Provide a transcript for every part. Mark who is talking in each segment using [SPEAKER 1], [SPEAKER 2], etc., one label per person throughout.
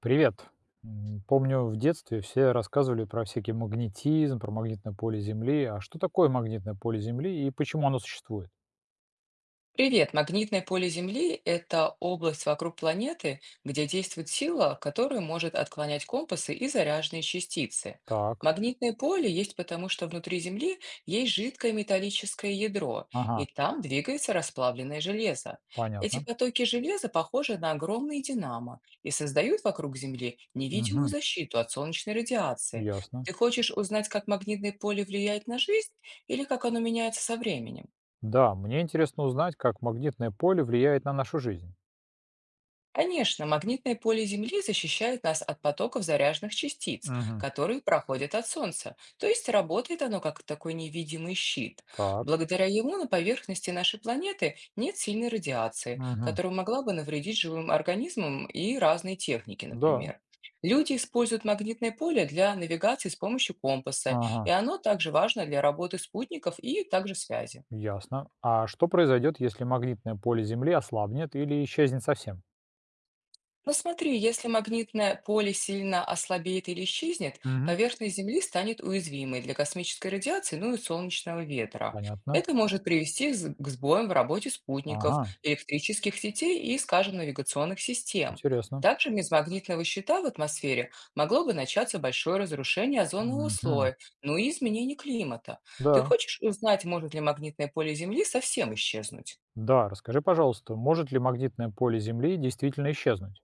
[SPEAKER 1] Привет. Помню, в детстве все рассказывали про всякий магнетизм, про магнитное поле Земли. А что такое магнитное поле Земли и почему оно существует?
[SPEAKER 2] Привет! Магнитное поле Земли – это область вокруг планеты, где действует сила, которая может отклонять компасы и заряженные частицы.
[SPEAKER 1] Так,
[SPEAKER 2] Магнитное поле есть потому, что внутри Земли есть жидкое металлическое ядро, и
[SPEAKER 1] ага,
[SPEAKER 2] там двигается расплавленное железо. Эти
[SPEAKER 1] понятно.
[SPEAKER 2] потоки железа похожи на огромные динамо и создают вокруг Земли невидимую
[SPEAKER 1] Мгм,
[SPEAKER 2] защиту от солнечной радиации.
[SPEAKER 1] ясно.
[SPEAKER 2] Ты хочешь узнать, как магнитное поле влияет на жизнь или как оно меняется со временем?
[SPEAKER 1] Да, мне интересно узнать, как магнитное поле влияет на нашу жизнь.
[SPEAKER 2] Конечно, магнитное поле Земли защищает нас от потоков заряженных частиц,
[SPEAKER 1] Мгм,
[SPEAKER 2] которые проходят от Солнца, то есть работает оно как такой невидимый щит.
[SPEAKER 1] так,
[SPEAKER 2] Благодаря ему на поверхности нашей планеты нет сильной радиации,
[SPEAKER 1] мгм,
[SPEAKER 2] которая могла бы навредить живым организмам и разной технике,
[SPEAKER 1] да,
[SPEAKER 2] например. Люди используют магнитное поле для навигации с помощью компаса,
[SPEAKER 1] ага,
[SPEAKER 2] и оно также важно для работы спутников и также связи.
[SPEAKER 1] ясно. А что произойдет, если магнитное поле Земли ослабнет или исчезнет совсем?
[SPEAKER 2] Но смотри, если магнитное поле сильно ослабеет или исчезнет,
[SPEAKER 1] Мгм,
[SPEAKER 2] поверхность Земли станет уязвимой для космической радиации, ну и солнечного ветра.
[SPEAKER 1] понятно.
[SPEAKER 2] Это может привести к сбоям в работе спутников,
[SPEAKER 1] Ага,
[SPEAKER 2] электрических сетей и, скажем, навигационных систем.
[SPEAKER 1] интересно.
[SPEAKER 2] Также без магнитного щита в атмосфере могло бы начаться большое разрушение озонового
[SPEAKER 1] Мгм,
[SPEAKER 2] слоя, ну и изменение климата. Ты
[SPEAKER 1] да.
[SPEAKER 2] хочешь узнать, может ли магнитное поле Земли совсем исчезнуть?
[SPEAKER 1] Да, расскажи, пожалуйста, может ли магнитное поле Земли действительно исчезнуть?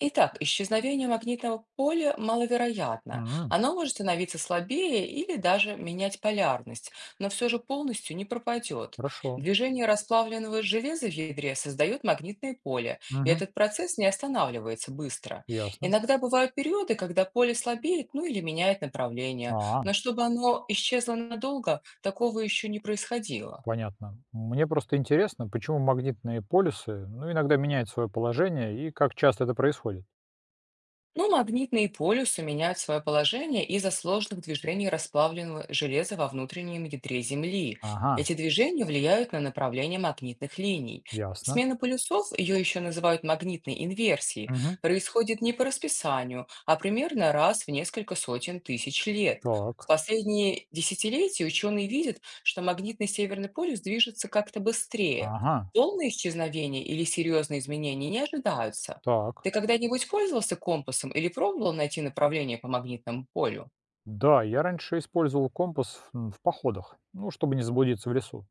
[SPEAKER 2] Итак, исчезновение магнитного поля маловероятно.
[SPEAKER 1] Мгм.
[SPEAKER 2] Оно может становиться слабее или даже менять полярность, но все же полностью не пропадет.
[SPEAKER 1] Хорошо.
[SPEAKER 2] Движение расплавленного железа в ядре создает магнитное поле, и
[SPEAKER 1] Мгм.
[SPEAKER 2] этот процесс не останавливается быстро.
[SPEAKER 1] Ясно.
[SPEAKER 2] Иногда бывают периоды, когда поле слабеет, ну или меняет направление,
[SPEAKER 1] А,
[SPEAKER 2] но чтобы оно исчезло надолго, такого еще не происходило.
[SPEAKER 1] понятно. Мне просто интересно, почему магнитные полюсы, ну, иногда меняют свое положение и как часто это происходит.
[SPEAKER 2] Ну, магнитные полюсы меняют свое положение из-за сложных движений расплавленного железа во внутреннем ядре Земли.
[SPEAKER 1] Ага,
[SPEAKER 2] Эти движения влияют на направление магнитных линий.
[SPEAKER 1] ясно.
[SPEAKER 2] Смена полюсов, ее еще называют магнитной инверсией,
[SPEAKER 1] Мгм.
[SPEAKER 2] происходит не по расписанию, а примерно раз в несколько сотен тысяч лет. В
[SPEAKER 1] Так.
[SPEAKER 2] последние десятилетия ученые видят, что магнитный северный полюс движется как-то быстрее.
[SPEAKER 1] Ага,
[SPEAKER 2] Полное исчезновение или серьезные изменения не ожидаются.
[SPEAKER 1] так.
[SPEAKER 2] Ты когда-нибудь пользовался компасом или пробовал найти направление по магнитному полю?
[SPEAKER 1] Да, я раньше использовал компас в походах, ну, чтобы не заблудиться в лесу.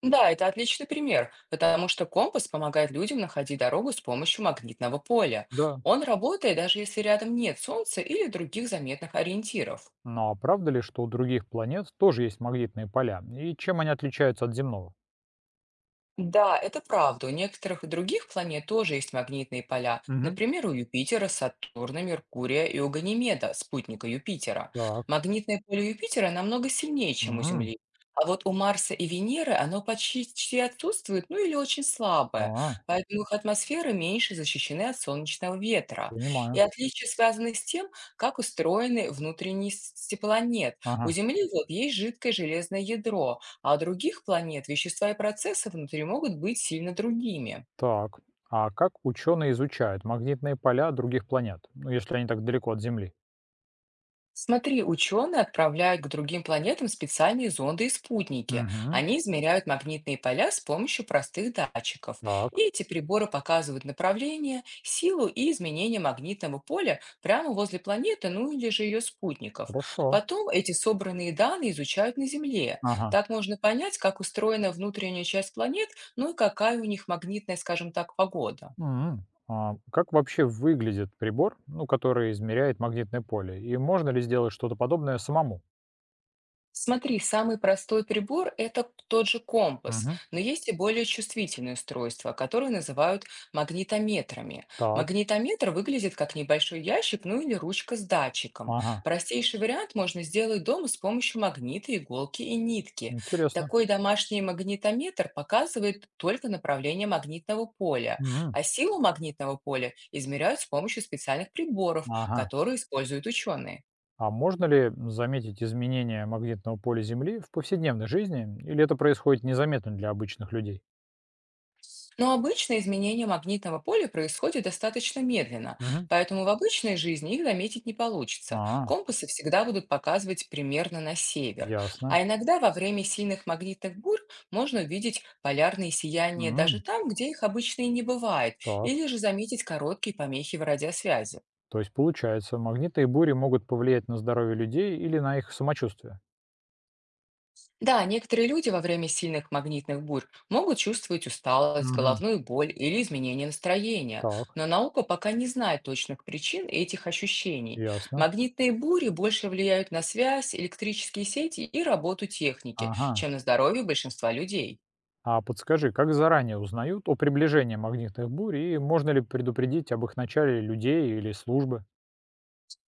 [SPEAKER 2] Да, это отличный пример, потому что компас помогает людям находить дорогу с помощью магнитного поля.
[SPEAKER 1] Да.
[SPEAKER 2] Он работает, даже если рядом нет Солнца или других заметных ориентиров.
[SPEAKER 1] Но а правда ли, что у других планет тоже есть магнитные поля? И чем они отличаются от земного?
[SPEAKER 2] Да, это правда. У некоторых других планет тоже есть магнитные поля.
[SPEAKER 1] Мгм.
[SPEAKER 2] Например, у Юпитера, Сатурна, Меркурия и у Ганимеда, спутника Юпитера.
[SPEAKER 1] Так.
[SPEAKER 2] Магнитное поле Юпитера намного сильнее, чем у
[SPEAKER 1] М,
[SPEAKER 2] Земли. А вот у Марса и Венеры оно почти отсутствует, ну или очень слабое,
[SPEAKER 1] а,
[SPEAKER 2] поэтому их атмосферы меньше защищены от солнечного ветра. И
[SPEAKER 1] понимаю.
[SPEAKER 2] отличия связаны с тем, как устроены внутренности планет. У
[SPEAKER 1] Ага,
[SPEAKER 2] Земли вот есть жидкое железное ядро, а у других планет вещества и процессы внутри могут быть сильно другими.
[SPEAKER 1] так. А как ученые изучают магнитные поля других планет? Ну, если они так далеко от Земли.
[SPEAKER 2] Смотри, ученые отправляют к другим планетам специальные зонды и спутники.
[SPEAKER 1] Угу.
[SPEAKER 2] Они измеряют магнитные поля с помощью простых датчиков. И
[SPEAKER 1] Так,
[SPEAKER 2] эти приборы показывают направление, силу и изменение магнитного поля прямо возле планеты, ну или же ее спутников.
[SPEAKER 1] хорошо.
[SPEAKER 2] Потом эти собранные данные изучают на Земле.
[SPEAKER 1] Ага.
[SPEAKER 2] Так можно понять, как устроена внутренняя часть планет, ну и какая у них магнитная, скажем так, погода.
[SPEAKER 1] М. А как вообще выглядит прибор, ну, который измеряет магнитное поле? И можно ли сделать что-то подобное самому?
[SPEAKER 2] Смотри, самый простой прибор – это тот же компас,
[SPEAKER 1] Угу.
[SPEAKER 2] но есть и более чувствительные устройства, которые называют магнитометрами.
[SPEAKER 1] Так,
[SPEAKER 2] Магнитометр выглядит как небольшой ящик, ну или ручка с датчиком.
[SPEAKER 1] ага,
[SPEAKER 2] Простейший вариант можно сделать дома с помощью магнита, иголки и нитки.
[SPEAKER 1] интересно.
[SPEAKER 2] Такой домашний магнитометр показывает только направление магнитного поля,
[SPEAKER 1] М,
[SPEAKER 2] а силу магнитного поля измеряют с помощью специальных приборов,
[SPEAKER 1] Ага.
[SPEAKER 2] которые используют ученые.
[SPEAKER 1] А можно ли заметить изменения магнитного поля Земли в повседневной жизни, или это происходит незаметно для обычных людей?
[SPEAKER 2] Но обычно изменение магнитного поля происходит достаточно медленно,
[SPEAKER 1] Мгм.
[SPEAKER 2] поэтому в обычной жизни их заметить не получится.
[SPEAKER 1] А,
[SPEAKER 2] Компасы всегда будут показывать примерно на север.
[SPEAKER 1] ясно.
[SPEAKER 2] А иногда во время сильных магнитных бурь можно увидеть полярные сияния даже
[SPEAKER 1] М,
[SPEAKER 2] там, где их обычно и не бывает,
[SPEAKER 1] так.
[SPEAKER 2] или же заметить короткие помехи в радиосвязи.
[SPEAKER 1] То есть получается, магниты и бури могут повлиять на здоровье людей или на их самочувствие?
[SPEAKER 2] Да, некоторые люди во время сильных магнитных бурь могут чувствовать усталость,
[SPEAKER 1] Мгм.
[SPEAKER 2] головную боль или изменение настроения,
[SPEAKER 1] Так,
[SPEAKER 2] но наука пока не знает точных причин этих ощущений.
[SPEAKER 1] ясно.
[SPEAKER 2] Магнитные бури больше влияют на связь, электрические сети и работу техники,
[SPEAKER 1] Ага.
[SPEAKER 2] чем на здоровье большинства людей.
[SPEAKER 1] А подскажи, как заранее узнают о приближении магнитных бурь и можно ли предупредить об их начале людей или службы?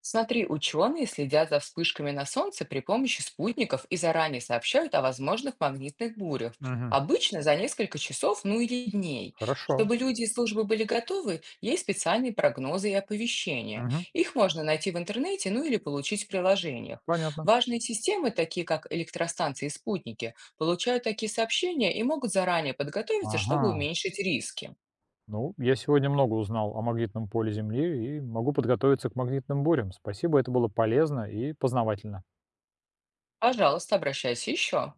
[SPEAKER 2] Смотри, ученые следят за вспышками на Солнце при помощи спутников и заранее сообщают о возможных магнитных бурях.
[SPEAKER 1] Мгм.
[SPEAKER 2] Обычно за несколько часов, ну или дней.
[SPEAKER 1] Хорошо.
[SPEAKER 2] Чтобы люди и службы были готовы, есть специальные прогнозы и оповещения.
[SPEAKER 1] Мгм.
[SPEAKER 2] Их можно найти в интернете, ну или получить в приложениях.
[SPEAKER 1] Понятно.
[SPEAKER 2] Важные системы, такие как электростанции и спутники, получают такие сообщения и могут заранее подготовиться, чтобы
[SPEAKER 1] Ага.
[SPEAKER 2] уменьшить риски.
[SPEAKER 1] Ну, я сегодня много узнал о магнитном поле Земли и могу подготовиться к магнитным бурям. Спасибо, это было полезно и познавательно.
[SPEAKER 2] Пожалуйста, обращайся еще.